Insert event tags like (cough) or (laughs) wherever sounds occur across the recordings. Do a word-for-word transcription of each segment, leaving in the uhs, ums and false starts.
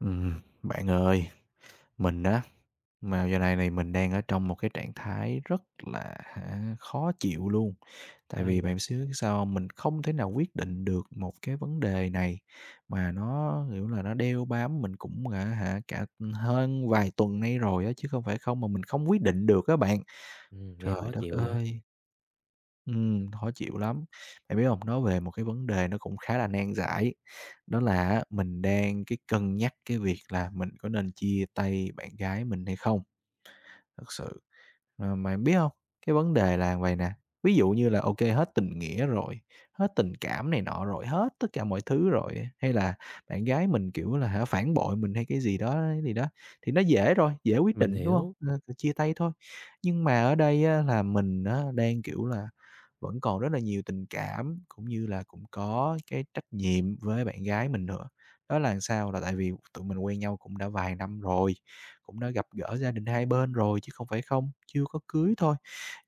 Ừm, bạn ơi, mình á, mà giờ này này mình đang ở trong một cái trạng thái rất là hả, khó chịu luôn. Tại Sao vậy vì bạn? bạn xíu biết sao hông? Mình không thể nào quyết định được một cái vấn đề này mà nó, kiểu là, nó đeo bám mình cũng cả hả, cả hơn vài tuần nay rồi á, chứ không phải không mà mình không quyết định được các bạn. Ừm, nghe Trời khó đất chịu vậy? ơi! Ừm, khó chịu lắm. Bạn biết hông? Nói về một cái vấn đề nó cũng khá là nan giải, đó là á, mình đang cái cân nhắc cái việc là mình có nên chia tay bạn gái mình hay không. Thật sự. Mà mà biết không cái vấn đề là vậy nè, ví dụ như là, ok hết tình nghĩa rồi, hết tình cảm này nọ rồi, hết tất cả mọi thứ rồi, hay là bạn gái mình, kiểu là, hả, phản bội mình hay cái gì đó gì đó, thì nó dễ rồi, dễ quyết Mình định, đúng không? hiểu, Ờ, thì chia tay thôi. Nhưng mà ở đây á là mình á đang, kiểu là, vẫn còn rất là nhiều tình cảm, cũng như là cũng có cái trách nhiệm với bạn gái mình nữa. Đó là làm sao? Là tại vì tụi mình quen nhau cũng đã vài năm rồi, cũng đã gặp gỡ gia đình hai bên rồi chứ không phải không, chưa có cưới thôi.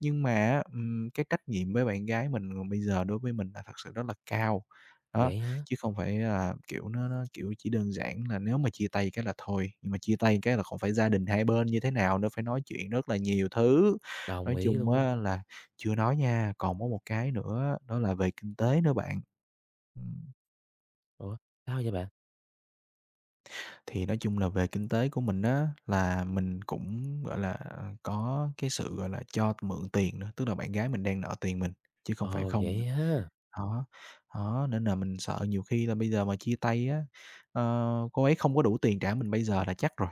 Nhưng mà á, ừm, cái trách nhiệm với bạn gái mình bây giờ đối với mình là thật sự rất là cao. Đó, vậy hả? chứ không phải là, kiểu, nó nó, kiểu, chỉ đơn giản là nếu mà chia tay cái là thôi, nhưng mà chia tay cái là còn phải gia đình hai bên như thế nào nữa, phải nói chuyện rất là nhiều thứ. Đồng Nói ý chung luôn. á là chưa nói nha, còn có một cái nữa đó là về kinh tế nữa bạn. Ừm. Ủa, sao vậy bạn? Thì nói chung là về kinh tế của mình á, là mình cũng, gọi là, có cái sự, gọi là, cho mượn tiền nữa, tức là bạn gái mình đang nợ tiền mình, chứ không phải Ồ, không. vậy ha, Đó, đó, nên là mình sợ nhiều khi là bây giờ mà chia tay á, ờ, cô ấy không có đủ tiền trả mình bây giờ là chắc rồi.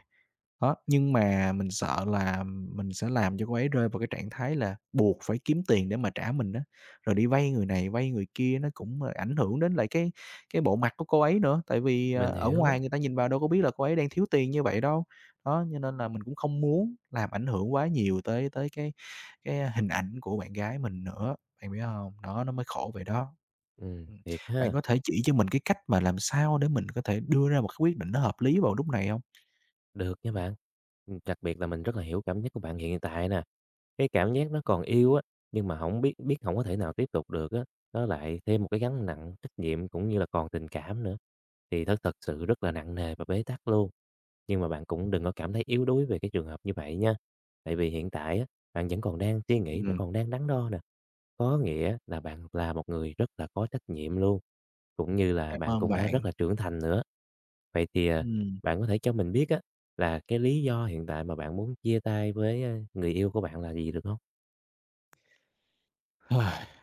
Đó, nhưng mà mình sợ là mình sẽ làm cho cô ấy rơi vào cái trạng thái là buộc phải kiếm tiền để mà trả mình á, rồi đi vay người này, vay người kia nó cũng, ờ, ảnh hưởng đến lại cái cái bộ mặt của cô ấy nữa, tại vì, ờ, mình ở hiểu. ngoài người ta nhìn vào đâu có biết là cô ấy đang thiếu tiền như vậy đâu. Đó, cho nên là mình cũng không muốn làm ảnh hưởng quá nhiều tới tới cái cái hình ảnh của bạn gái mình nữa. Bạn biết hông? Đó, nó mới khổ về đó. Ừm, Ừm, Thiệt Bạn ha. có thể chỉ cho mình cái cách mà làm sao để mình có thể đưa ra một cái quyết định nó hợp lý vào lúc này hông? Được nha bạn. Ừm, đặc biệt là mình rất là hiểu cảm giác của bạn hiện tại nè. Cái cảm giác nó còn yêu á, nhưng mà không biết biết không có thể nào tiếp tục được á, nó lại thêm một cái gánh nặng trách nhiệm cũng như là còn tình cảm nữa, thì thật thật sự rất là nặng nề và bế tắc luôn. Nhưng mà bạn cũng đừng có cảm thấy yếu đuối về cái trường hợp như vậy nha. Tại vì hiện tại á, bạn vẫn còn đang suy nghĩ, bạn Ừm, còn đang đắn đo nè, có nghĩa là bạn là một người rất là có trách nhiệm luôn, cũng như là cảm bạn ơn cũng đã rất bạn. là trưởng thành nữa. Vậy thì, à, Ừm, bạn có thể cho mình biết á, là cái lý do hiện tại mà bạn muốn chia tay với, a, người yêu của bạn là gì được không? (laughs)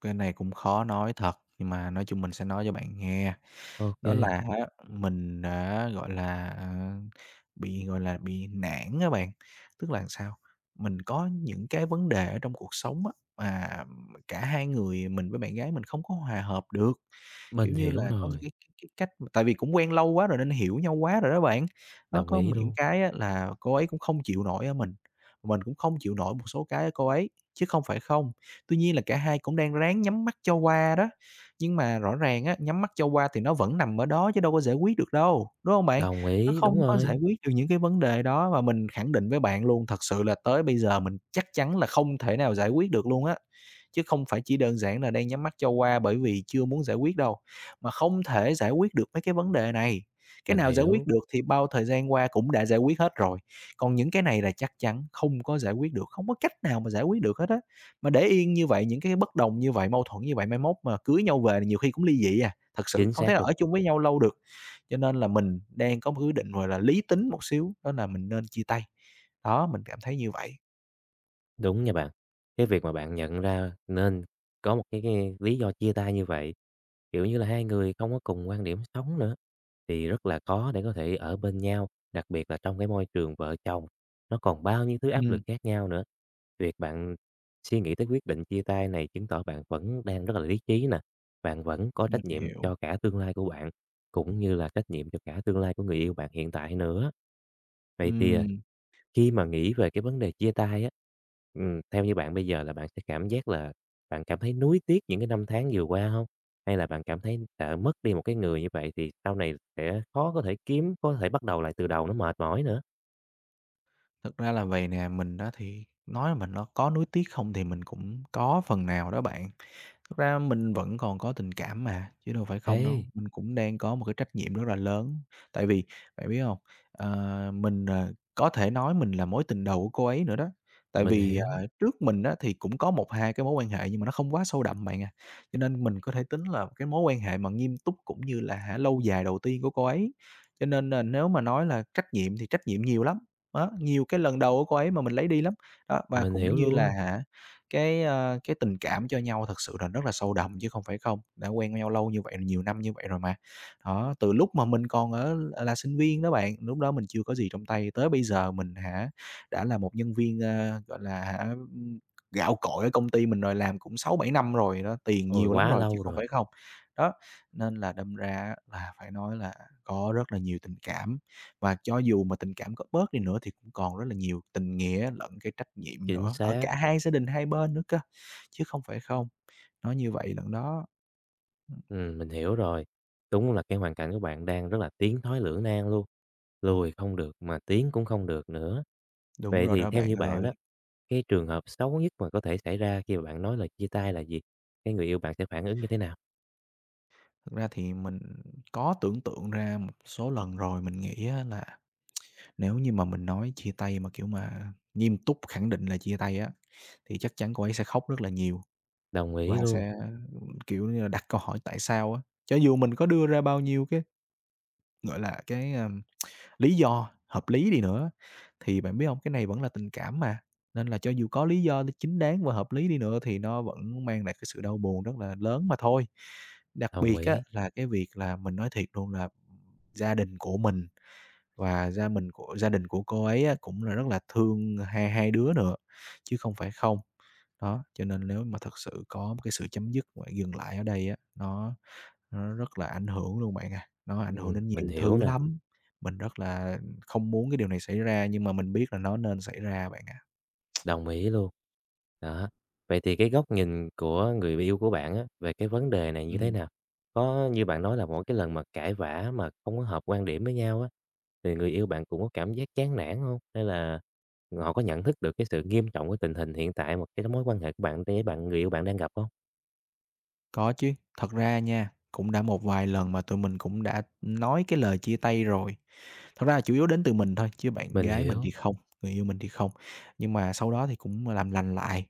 cái này cũng khó nói thật, nhưng mà nói chung mình sẽ nói cho bạn nghe. Đó là OK. á, mình đã, gọi là, ờ, bị, gọi là, bị nản các bạn. Tức là sao? Mình có những cái vấn đề ở trong cuộc sống á, mà cả hai người mình với bạn gái mình không có hòa hợp được. Kiểu Mình như hiểu là, có những rồi. cái cái cái cách tại vì cũng quen lâu quá rồi nên hiểu nhau quá rồi đó bạn. Nó Đồng có ý những luôn. cái á là cô ấy cũng không chịu nổi ở mình, mình cũng không chịu nổi một số cái ở cô ấy, chứ không phải không. Tuy nhiên là cả hai cũng đang ráng nhắm mắt cho qua đó. Nhưng mà rõ ràng á, nhắm mắt cho qua thì nó vẫn nằm ở đó chứ đâu có giải quyết được đâu, đúng hông bạn? Đồng Nó ý, không đúng có rồi. giải quyết được những cái vấn đề đó và mình khẳng định với bạn luôn, thật sự là tới bây giờ mình chắc chắn là không thể nào giải quyết được luôn á, chứ không phải chỉ đơn giản là đang nhắm mắt cho qua bởi vì chưa muốn giải quyết đâu, mà không thể giải quyết được mấy cái vấn đề này. Cái Mình nào giải hiểu. quyết được thì bao thời gian qua cũng đã giải quyết hết rồi, còn những cái này là chắc chắn không có giải quyết được, không có cách nào mà giải quyết được hết á. Mà để yên như vậy, những cái bất đồng như vậy, mâu thuẫn như vậy, mai mốt mà cưới nhau về thì nhiều khi cũng ly dị à, thật sự Chính không thể xác nào luôn. ở chung với nhau lâu được. Cho nên là mình đang có một cái quyết định, gọi là, lý tính một xíu, đó là mình nên chia tay. Đó, mình cảm thấy như vậy. Đúng nha bạn. Cái việc mà bạn nhận ra nên có một cái cái lý do chia tay như vậy, kiểu như là, hai người không có cùng quan điểm sống nữa, thì rất là khó để có thể ở bên nhau, đặc biệt là trong cái môi trường vợ chồng, nó còn bao nhiêu thứ áp lực Ừm, khác nhau nữa. Việc bạn suy nghĩ tới quyết định chia tay này chứng tỏ bạn vẫn đang rất là lý trí nè, bạn vẫn có trách mình nhiệm hiểu. cho cả tương lai của bạn, cũng như là trách nhiệm cho cả tương lai của người yêu bạn hiện tại nữa. Vậy thì, à, Ừm, khi mà nghĩ về cái vấn đề chia tay á, ừm, theo như bạn bây giờ là bạn sẽ cảm giác là bạn cảm thấy nuối tiếc những cái năm tháng vừa qua không? Hay là bạn cảm thấy sợ mất đi một cái người như vậy thì sau này sẽ khó có thể kiếm, có thể bắt đầu lại từ đầu, nó mệt mỏi nữa? thực ra là vầy nè, mình đó thì nói mình nó có nuối tiếc không thì mình cũng có phần nào đó bạn. Thực ra mình vẫn còn có tình cảm mà, chứ đâu phải không đâu. Ê, Mình cũng đang có một cái trách nhiệm rất là lớn, tại vì bạn biết hông? Ờ, mình, ờ, có thể nói mình là mối tình đầu của cô ấy nữa đó. Tại mình vì, hiểu, ờ, trước mình á thì cũng có một hai cái mối quan hệ nhưng mà nó không quá sâu đậm bạn à, cho nên mình có thể tính là cái mối quan hệ mà nghiêm túc cũng như là hả lâu dài đầu tiên của cô ấy. Cho nên là nếu mà nói là trách nhiệm thì trách nhiệm nhiều lắm, đó, nhiều cái lần đầu của cô ấy mà mình lấy đi lắm. Đó, và mình cũng hiểu như là luôn. hả cái, ơ, cái tình cảm cho nhau thật sự là rất là sâu đậm chứ không phải không, đã quen nhau lâu như vậy, nhiều năm như vậy rồi mà. Đó, từ lúc mà mình còn ở là sinh viên đó bạn, lúc đó mình chưa có gì trong tay, tới bây giờ mình hả, đã là một nhân viên, ơ, gọi là hả, gạo cội ở công ty mình rồi, làm cũng sáu bảy năm rồi đó, tiền Ôi, nhiều lắm quá rồi chứ lâu không rồi. phải không. Đó, nên là đâm ra là phải nói là có rất là nhiều tình cảm và cho dù mà tình cảm có bớt đi nữa thì cũng còn rất là nhiều tình nghĩa lẫn cái trách nhiệm Chính nữa, ở xác. cả hai gia đình hai bên nữa cơ, chứ không phải không. Nói như vậy lận đó. Ừm, ừm, Mình hiểu rồi. Đúng là cái hoàn cảnh của bạn đang rất là tiến thoái lưỡng nan luôn, lùi không được mà tiến cũng không được nữa. đúng Vậy rồi thì đó theo bạn như bạn đó, ơi. cái trường hợp xấu nhất mà có thể xảy ra khi mà bạn nói lời chia tay là gì? Cái người yêu bạn sẽ phản ứng như thế nào? Thực ra thì mình có tưởng tượng ra một số lần rồi, mình nghĩ á là nếu như mà mình nói chia tay mà, kiểu mà, nghiêm túc khẳng định là chia tay á, thì chắc chắn cô ấy sẽ khóc rất là nhiều Đồng và ý luôn. sẽ, kiểu như là, đặt câu hỏi tại sao á. Cho dù mình có đưa ra bao nhiêu cái, gọi là, cái, à lý do hợp lý đi nữa thì bạn biết không cái này vẫn là tình cảm mà, nên là cho dù có lý do chính đáng và hợp lý đi nữa thì nó vẫn mang lại cái sự đau buồn rất là lớn mà thôi. Đặc Đồng biệt á ý. là cái việc là mình nói thiệt luôn là gia đình của mình và gia mình của gia đình của cô ấy á cũng là rất là thương hai hai đứa nữa, chứ không phải không. Đó, cho nên nếu mà thật sự có một cái sự chấm dứt và dừng lại ở đây á, nó nó rất là ảnh hưởng luôn bạn à, nó ảnh hưởng Ừm, đến Mình nhiều hiểu thứ nè. lắm. Mình rất là không muốn cái điều này xảy ra nhưng mà mình biết là nó nên xảy ra bạn à. Đồng ý luôn. Đó. Vậy thì cái góc nhìn của người yêu của bạn á, về cái vấn đề này như thế Ừm, nào? Có như bạn nói là mỗi cái lần mà cãi vã mà không có hợp quan điểm với nhau á, thì người yêu bạn cũng có cảm giác chán nản không? Hay là họ có nhận thức được cái sự nghiêm trọng của tình hình hiện tại mà cái mối quan hệ của bạn với bạn người yêu bạn đang gặp không? có chứ, thật ra nha, cũng đã một vài lần mà tụi mình cũng đã nói cái lời chia tay rồi. Thật ra là chủ yếu đến từ mình thôi chứ bạn Mình gái mình hiểu. thì không, người yêu mình thì không. Nhưng mà sau đó thì cũng làm lành lại,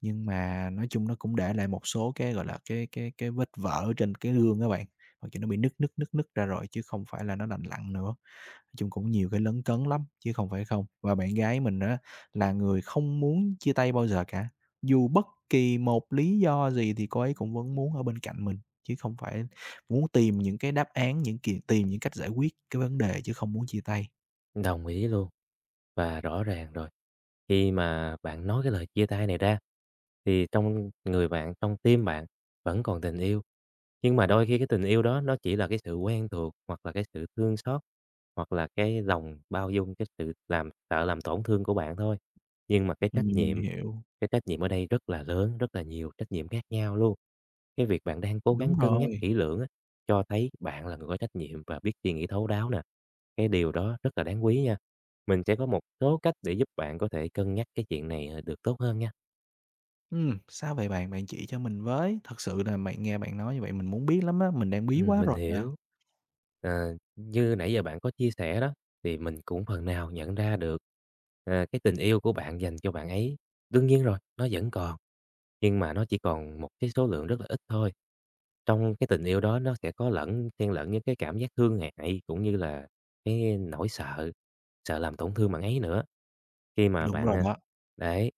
nhưng mà nói chung nó cũng để lại một số cái, gọi là, cái cái cái vết vỡ trên cái gương các bạn, hoặc cho nó bị nứt nứt, nứt nứt, ra rồi chứ không phải là nó lành lặn nữa. Chung cũng nhiều cái lấn cấn lắm chứ không phải không. Và bạn gái mình á là người không muốn chia tay bao giờ cả, dù bất kỳ một lý do gì thì cô ấy cũng vẫn muốn ở bên cạnh mình, chứ không phải muốn tìm những cái đáp án, những kiềm tìm những cách giải quyết cái vấn đề chứ không muốn chia tay. Đồng ý luôn. Và rõ ràng rồi, khi mà bạn nói cái lời chia tay này ra, thì trong người bạn, trong tim bạn vẫn còn tình yêu, nhưng mà đôi khi cái tình yêu đó nó chỉ là cái sự quen thuộc, hoặc là cái sự thương xót, hoặc là cái lòng bao dung, cái sự làm sợ làm tổn thương của bạn thôi. Nhưng mà cái trách Ừm, mình nhiệm, hiểu. cái trách nhiệm ở đây rất là lớn, rất là nhiều trách nhiệm khác nhau luôn. Cái việc bạn đang cố Đúng gắng cân nhắc rồi. kỹ lưỡng á, cho thấy bạn là người có trách nhiệm và biết suy nghĩ thấu đáo nè. Cái điều đó rất là đáng quý nha. Mình sẽ có một số cách để giúp bạn có thể cân nhắc cái chuyện này, ờ, được tốt hơn nha. Ừm, sao vậy bạn? Bạn chỉ cho mình với, thật sự là bạn nghe bạn nói như vậy mình muốn biết lắm á, mình đang bí Ừm, quá Mình rồi mà. hiểu. À, như nãy giờ bạn có chia sẻ đó, thì mình cũng phần nào nhận ra được, à, cái tình yêu của bạn dành cho bạn ấy, đương nhiên rồi, nó vẫn còn, nhưng mà nó chỉ còn một cái số lượng rất là ít thôi. Trong cái tình yêu đó nó sẽ có lẫn xen lẫn những cái cảm giác thương hại, cũng như là cái nỗi sợ, sợ làm tổn thương bạn ấy nữa, khi mà Đúng bạn, rồi à đó. đấy,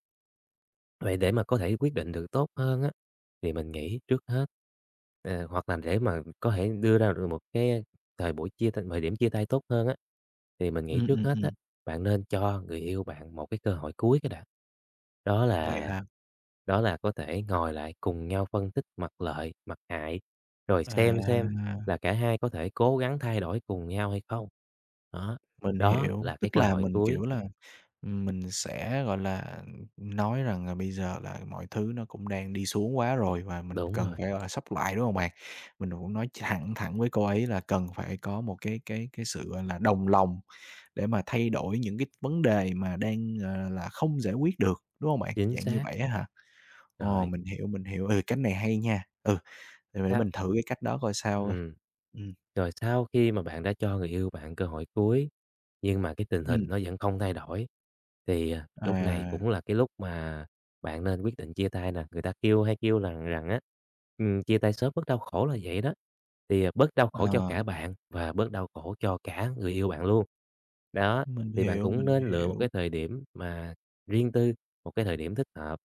vậy để mà có thể quyết định được tốt hơn á, thì mình nghĩ trước hết ờ, hoặc là để mà có thể đưa ra được một cái thời buổi chia tay thời điểm chia tay tốt hơn á, thì mình Ừm, nghĩ trước ừm, hết á, ừm. bạn nên cho người yêu bạn một cái cơ hội cuối cái đã. Đó Vậy là hả? đó là có thể ngồi lại cùng nhau phân tích mặt lợi, mặt hại, rồi xem xem À, là cả hai có thể cố gắng thay đổi cùng nhau hay không. Đó, mình đó hiểu, là cái tức cơ là hội mình, cuối. kiểu là mình sẽ, gọi là, nói rằng là bây giờ là mọi thứ nó cũng đang đi xuống quá rồi và mình Đúng cần rồi, phải, gọi là, xốc lại, đúng không bạn? Mình cũng nói thẳng thẳng với cô ấy là cần phải có một cái cái cái sự, gọi là, đồng lòng để mà thay đổi những cái vấn đề mà đang, ờ, là không giải quyết được, đúng không bạn? chính Dạng như xác. vậy á hả? Ồ, Rồi, mình hiểu, mình hiểu, ừ, cách này hay nha. Ừ, để sao. mình thử cái cách đó coi sao. Ừ, Ừm. ừ, Rồi sau khi mà bạn đã cho người yêu bạn cơ hội cuối, nhưng mà cái tình hình ừm, nó vẫn không thay đổi, thì, à, lúc này à, cũng là cái lúc mà bạn nên quyết định chia tay nè. Người ta kêu hay kêu là rằng á, ừm, chia tay sớm bớt đau khổ là vậy đó, thì, à, bớt đau khổ cho ờ, cả bạn và bớt đau khổ cho cả người yêu bạn luôn. Đó, mình thì bạn hiểu, cũng mình nên lựa một cái hiểu. thời điểm mà riêng tư, một cái thời điểm thích hợp.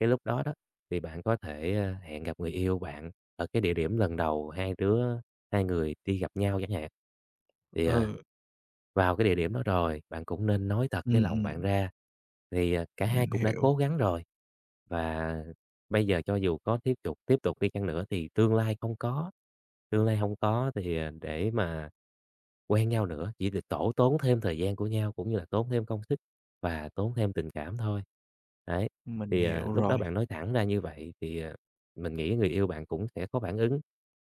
Cái lúc đó đó, thì bạn có thể, a, hẹn gặp người yêu bạn ở cái địa điểm lần đầu hai đứa hai người đi gặp nhau chẳng hạn, thì, à, Ừ, vào cái địa điểm đó rồi, bạn cũng nên nói thật ừ, cái lòng bạn ừm, ra, thì, à, cả hai mình cũng đã hiểu. cố gắng rồi, và bây giờ cho dù có tiếp tục tiếp tục đi chăng nữa thì tương lai không có, tương lai không có thì, à, để mà quen nhau nữa, chỉ là tổ tốn thêm thời gian của nhau, cũng như là tốn thêm công sức và tốn thêm tình cảm thôi. Đấy, Mình thì, à, hiểu lúc đó rồi. bạn nói thẳng ra như vậy thì, à, mình nghĩ người yêu bạn cũng sẽ có phản ứng.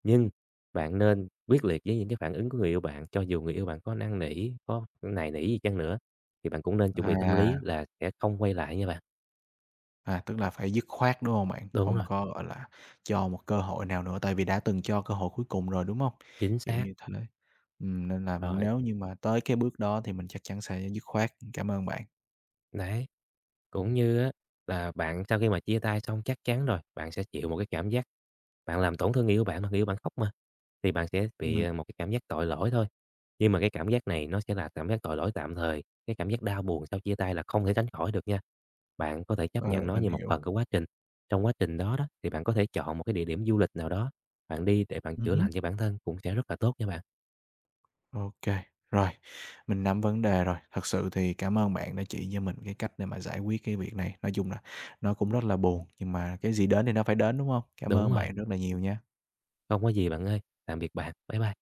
Nhưng bạn nên quyết liệt với những cái phản ứng của người yêu bạn, cho dù người yêu bạn có năn nỉ, có nài nỉ gì chăng nữa, thì bạn cũng nên chuẩn bị tâm À, lý là sẽ không quay lại nha bạn. à, tức là phải dứt khoát, đúng không bạn? Đúng Không rồi, có, gọi là, cho một cơ hội nào nữa, tại vì đã từng cho cơ hội cuối cùng rồi, đúng không? chính Kiểu xác, như thế. Ừm, nên là rồi, nếu như mà tới cái bước đó thì mình chắc chắn sẽ dứt khoát. Cảm ơn bạn. đấy. Cũng như á là bạn sau khi mà chia tay xong chắc chắn rồi, bạn sẽ chịu một cái cảm giác bạn làm tổn thương người yêu bạn mà người yêu bạn khóc mà, thì bạn sẽ bị, Ừm, à, một cái cảm giác tội lỗi thôi. Nhưng mà cái cảm giác này nó sẽ là cảm giác tội lỗi tạm thời, cái cảm giác đau buồn sau chia tay là không thể tránh khỏi được nha. Bạn có thể chấp ờ, nhận nó mình như một hiểu. phần của quá trình. Trong quá trình đó đó, thì bạn có thể chọn một cái địa điểm du lịch nào đó, bạn đi để bạn Ừm chữa hứm. lành cho bản thân cũng sẽ rất là tốt nha bạn. Ô rồi, mình nắm vấn đề rồi. Thật sự thì cảm ơn bạn đã chỉ cho mình cái cách để mà giải quyết cái việc này. Nói chung là nó cũng rất là buồn, nhưng mà cái gì đến thì nó phải đến, đúng không? Cảm Đúng ơn rồi, bạn rất là nhiều nha. không có gì bạn ơi. Tạm biệt bạn. Bye bye.